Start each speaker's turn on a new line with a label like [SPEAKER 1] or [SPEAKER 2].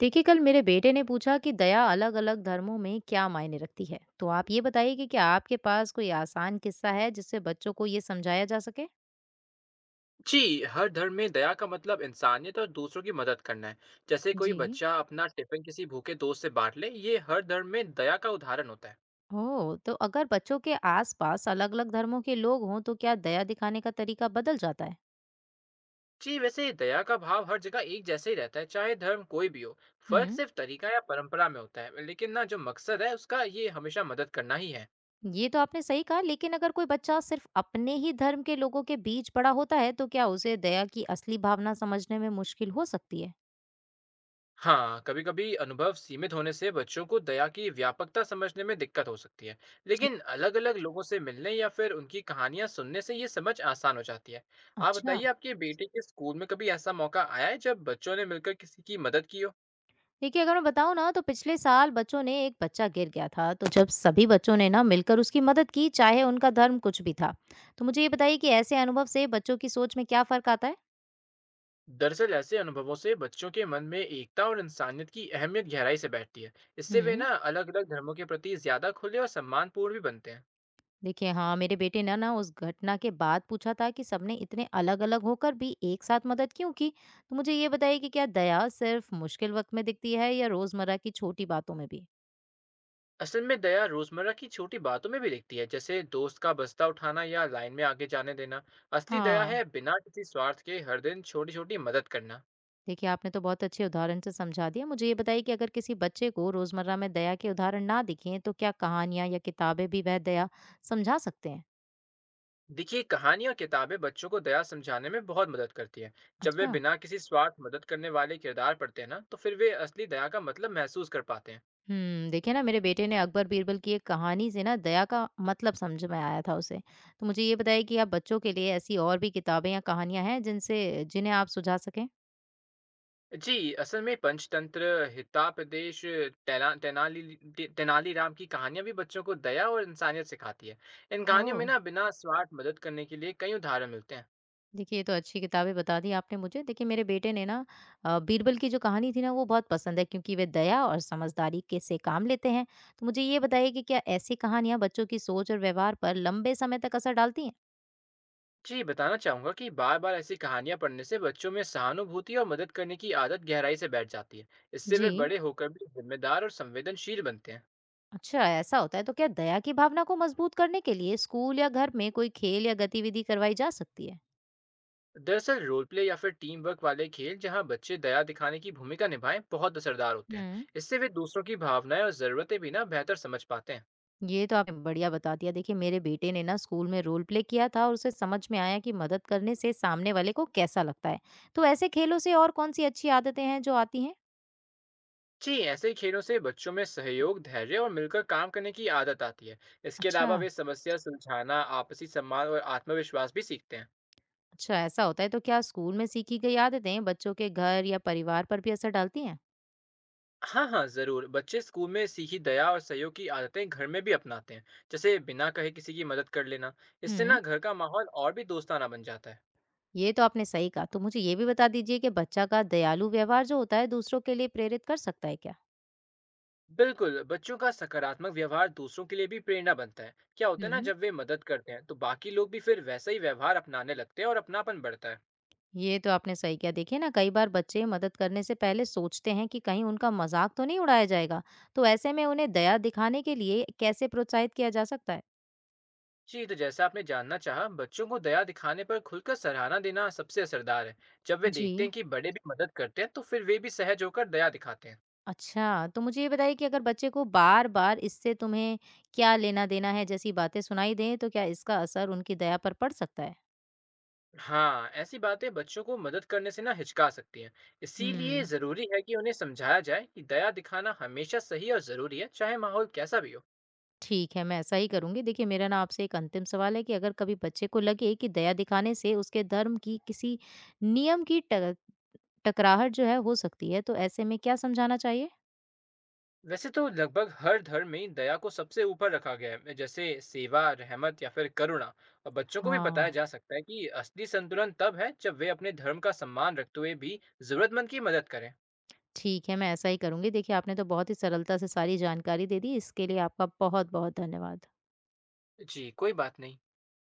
[SPEAKER 1] देखिए, कल मेरे बेटे ने पूछा कि दया अलग अलग धर्मों में क्या मायने रखती है। तो आप ये बताइए कि क्या आपके पास कोई आसान किस्सा है जिससे बच्चों को ये समझाया जा सके।
[SPEAKER 2] जी, हर धर्म में दया का मतलब इंसानियत और दूसरों की मदद करना है। जैसे कोई
[SPEAKER 1] जी।
[SPEAKER 2] बच्चा अपना टिफिन किसी भूखे दोस्त से बांट ले, ये हर धर्म में दया का उदाहरण होता है।
[SPEAKER 1] हो तो अगर बच्चों के आसपास अलग अलग धर्मों के लोग हों तो क्या दया दिखाने का तरीका बदल जाता है?
[SPEAKER 2] जी, वैसे दया का भाव हर जगह एक जैसे ही रहता है, चाहे धर्म कोई भी हो। फर्क
[SPEAKER 1] हम्म।
[SPEAKER 2] सिर्फ तरीका या परंपरा में होता है, लेकिन ना जो मकसद है उसका ये हमेशा मदद करना ही है।
[SPEAKER 1] ये तो आपने सही कहा, लेकिन अगर कोई बच्चा सिर्फ अपने ही धर्म के लोगों के बीच बड़ा होता है तो क्या उसे दया की असली भावना समझने में मुश्किल हो सकती है?
[SPEAKER 2] हाँ, कभी-कभी अनुभव सीमित होने से बच्चों को दया की व्यापकता समझने में दिक्कत हो सकती है।
[SPEAKER 1] जी।
[SPEAKER 2] लेकिन अलग-अलग लोगों से मिलने या फिर उनकी कहानियाँ सुनने से ये समझ आसान हो जाती है। आप
[SPEAKER 1] अच्छा,
[SPEAKER 2] बताइए, आपके बेटे के स्कूल में कभी ऐसा मौका आया है जब बच्चों ने मिलकर किसी की मदद की हो?
[SPEAKER 1] देखिए अगर मैं बताऊँ ना तो पिछले साल बच्चों ने, एक बच्चा गिर गया था तो जब सभी बच्चों ने ना मिलकर उसकी मदद की, चाहे उनका धर्म कुछ भी था। तो मुझे ये बताइए कि ऐसे अनुभव से बच्चों की सोच में क्या फर्क आता है?
[SPEAKER 2] दरअसल ऐसे अनुभवों से बच्चों के मन में एकता और इंसानियत की अहमियत गहराई से बैठती है। इससे वे ना
[SPEAKER 1] हम्म।
[SPEAKER 2] अलग-अलग धर्मों के प्रति ज़्यादा खुले और सम्मानपूर्ण भी बनते हैं।
[SPEAKER 1] देखिए हाँ, मेरे बेटे ने ना उस घटना के बाद पूछा था कि सबने इतने अलग अलग होकर भी एक साथ मदद क्यों की। तो मुझे ये बताइए कि क्या दया सिर्फ मुश्किल वक्त में दिखती है या रोजमर्रा की छोटी बातों में भी?
[SPEAKER 2] असल में दया रोजमर्रा की छोटी बातों में भी दिखती है, जैसे दोस्त का बस्ता उठाना या लाइन में आगे जाने देना। असली दया है
[SPEAKER 1] हाँ।
[SPEAKER 2] बिना किसी स्वार्थ के हर दिन छोटी छोटी मदद करना।
[SPEAKER 1] देखिए, आपने तो बहुत अच्छे उदाहरण से समझा दिया। मुझे ये बताइए कि अगर किसी बच्चे को रोजमर्रा में दया के उदाहरण ना दिखें तो क्या कहानियां या किताबें भी वह दया समझा सकते हैं?
[SPEAKER 2] देखिए, कहानी और किताबें बच्चों को दया समझाने में बहुत मदद करती है। जब वे
[SPEAKER 1] अच्छा।
[SPEAKER 2] बिना किसी स्वार्थ मदद करने वाले किरदार पढ़ते हैं ना, तो फिर वे असली दया का मतलब महसूस कर पाते हैं।
[SPEAKER 1] हम्म, देखिए ना, मेरे बेटे ने अकबर बीरबल की एक कहानी से ना दया का मतलब समझ में आया था उसे। तो मुझे ये बताइए कि आप बच्चों के लिए ऐसी और भी किताबें या कहानियां हैं जिनसे, जिन्हें आप सुझा सकें?
[SPEAKER 2] जी, असल में पंचतंत्र, हितापदेश तेना, तेनाली तेनाली राम की कहानियां भी बच्चों को दया और इंसानियत सिखाती है। इन
[SPEAKER 1] ओ।
[SPEAKER 2] कहानियों में ना बिना स्वार्थ मदद करने के लिए कई उदाहरण मिलते हैं।
[SPEAKER 1] देखिए, ये तो अच्छी किताबें बता दी आपने मुझे। देखिए, मेरे बेटे ने ना बीरबल की जो कहानी थी ना, वो बहुत पसंद है क्योंकि वे दया और समझदारी के से काम लेते हैं। तो मुझे ये बताइए कि क्या ऐसी कहानियाँ बच्चों की सोच और व्यवहार पर लंबे समय तक असर डालती हैं?
[SPEAKER 2] जी, बताना चाहूँगा कि बार बार ऐसी कहानियाँ पढ़ने से बच्चों में सहानुभूति और मदद करने की आदत गहराई से बैठ जाती है। इससे
[SPEAKER 1] जी।
[SPEAKER 2] वे बड़े होकर भी जिम्मेदार और संवेदनशील बनते हैं।
[SPEAKER 1] अच्छा, ऐसा होता है। तो क्या दया की भावना को मजबूत करने के लिए स्कूल या घर में कोई खेल या गतिविधि करवाई जा सकती है?
[SPEAKER 2] दरअसल रोल प्ले या फिर टीम वर्क वाले खेल, जहाँ बच्चे दया दिखाने की भूमिका निभाएं, बहुत असरदार होते हैं।
[SPEAKER 1] हम्म।
[SPEAKER 2] इससे वे दूसरों की भावनाएं और ज़रूरतें भी ना बेहतर समझ पाते हैं।
[SPEAKER 1] ये तो आपने बढ़िया बता दिया। देखिए, मेरे बेटे ने ना स्कूल में रोल प्ले किया था और उसे समझ में आया कि मदद करने से सामने वाले को कैसा लगता है। तो ऐसे खेलों से और कौन सी अच्छी आदतें हैं जो आती हैं?
[SPEAKER 2] जी, ऐसे ही खेलों से बच्चों में सहयोग, धैर्य और मिलकर काम करने की आदत आती है। इसके
[SPEAKER 1] अच्छा,
[SPEAKER 2] अलावा वे समस्या सुलझाना, आपसी सम्मान और आत्मविश्वास भी सीखते हैं।
[SPEAKER 1] अच्छा, ऐसा होता है। तो क्या स्कूल में सीखी गई आदतें बच्चों के घर या परिवार पर भी असर डालती हैं?
[SPEAKER 2] हाँ, हाँ, ज़रूर। बच्चे स्कूल में सीखी दया और सहयोग की आदतें घर में भी अपनाते हैं, जैसे बिना कहे किसी की मदद कर लेना। इससे
[SPEAKER 1] हम्म,
[SPEAKER 2] ना घर का माहौल और भी दोस्ताना बन जाता है।
[SPEAKER 1] ये तो आपने सही कहा। तो मुझे ये भी बता दीजिए कि बच्चा का दयालु व्यवहार जो होता है दूसरों के लिए प्रेरित कर सकता है क्या?
[SPEAKER 2] बिल्कुल, बच्चों का सकारात्मक व्यवहार दूसरों के लिए भी प्रेरणा बनता है। क्या होता है ना,
[SPEAKER 1] हम्म।
[SPEAKER 2] जब वे मदद करते हैं, तो बाकी लोग भी फिर वैसा ही व्यवहार अपनाने लगते हैं और अपनापन बढ़ता है।
[SPEAKER 1] ये तो आपने सही किया। देखिए ना, कई बार बच्चे मदद करने से पहले सोचते हैं कि कहीं उनका मजाक तो नहीं उड़ाया जाएगा। तो ऐसे में उन्हें दया दिखाने के लिए कैसे प्रोत्साहित किया जा सकता है?
[SPEAKER 2] जी, तो जैसा आपने जानना चाहा, बच्चों को दया दिखाने पर खुलकर सराहना देना सबसे असरदार है। जब वे देखते
[SPEAKER 1] जी।
[SPEAKER 2] हैं कि बड़े भी मदद करते हैं, तो फिर वे भी सहज होकर दया दिखाते हैं।
[SPEAKER 1] अच्छा, तो मुझे ये बताइए कि अगर बच्चे को बार बार, इससे तुम्हें क्या लेना देना है, जैसी बातें सुनाई दें तो क्या इसका असर उनकी दया पर पड़ सकता है?
[SPEAKER 2] हाँ, ऐसी बातें बच्चों को मदद करने से ना हिचका सकती हैं। इसीलिए
[SPEAKER 1] हम्म।
[SPEAKER 2] जरूरी है कि उन्हें समझाया जाए कि दया दिखाना हमेशा सही और जरूरी है, चाहे माहौल कैसा भी हो।
[SPEAKER 1] ठीक है, मैं ऐसा ही करूंगी। देखिए, मेरा ना आपसे एक अंतिम सवाल है कि अगर कभी बच्चे को लगे कि दया दिखाने से उसके धर्म की किसी नियम की टकराहट जो है हो सकती है, तो ऐसे में क्या समझाना चाहिए?
[SPEAKER 2] वैसे तो लगभग हर धर्म में दया को सबसे ऊपर रखा गया है, जैसे सेवा, रहमत या फिर करुणा। और बच्चों को भी बताया
[SPEAKER 1] हाँ,
[SPEAKER 2] जा सकता है कि असली संतुलन तब है जब वे अपने धर्म का सम्मान रखते हुए भी जरूरतमंद की मदद करें।
[SPEAKER 1] ठीक है, मैं ऐसा ही करूँगी। देखिए, आपने तो बहुत ही सरलता से सारी जानकारी दे दी, इसके लिए आपका बहुत-बहुत धन्यवाद।
[SPEAKER 2] जी, कोई बात नहीं।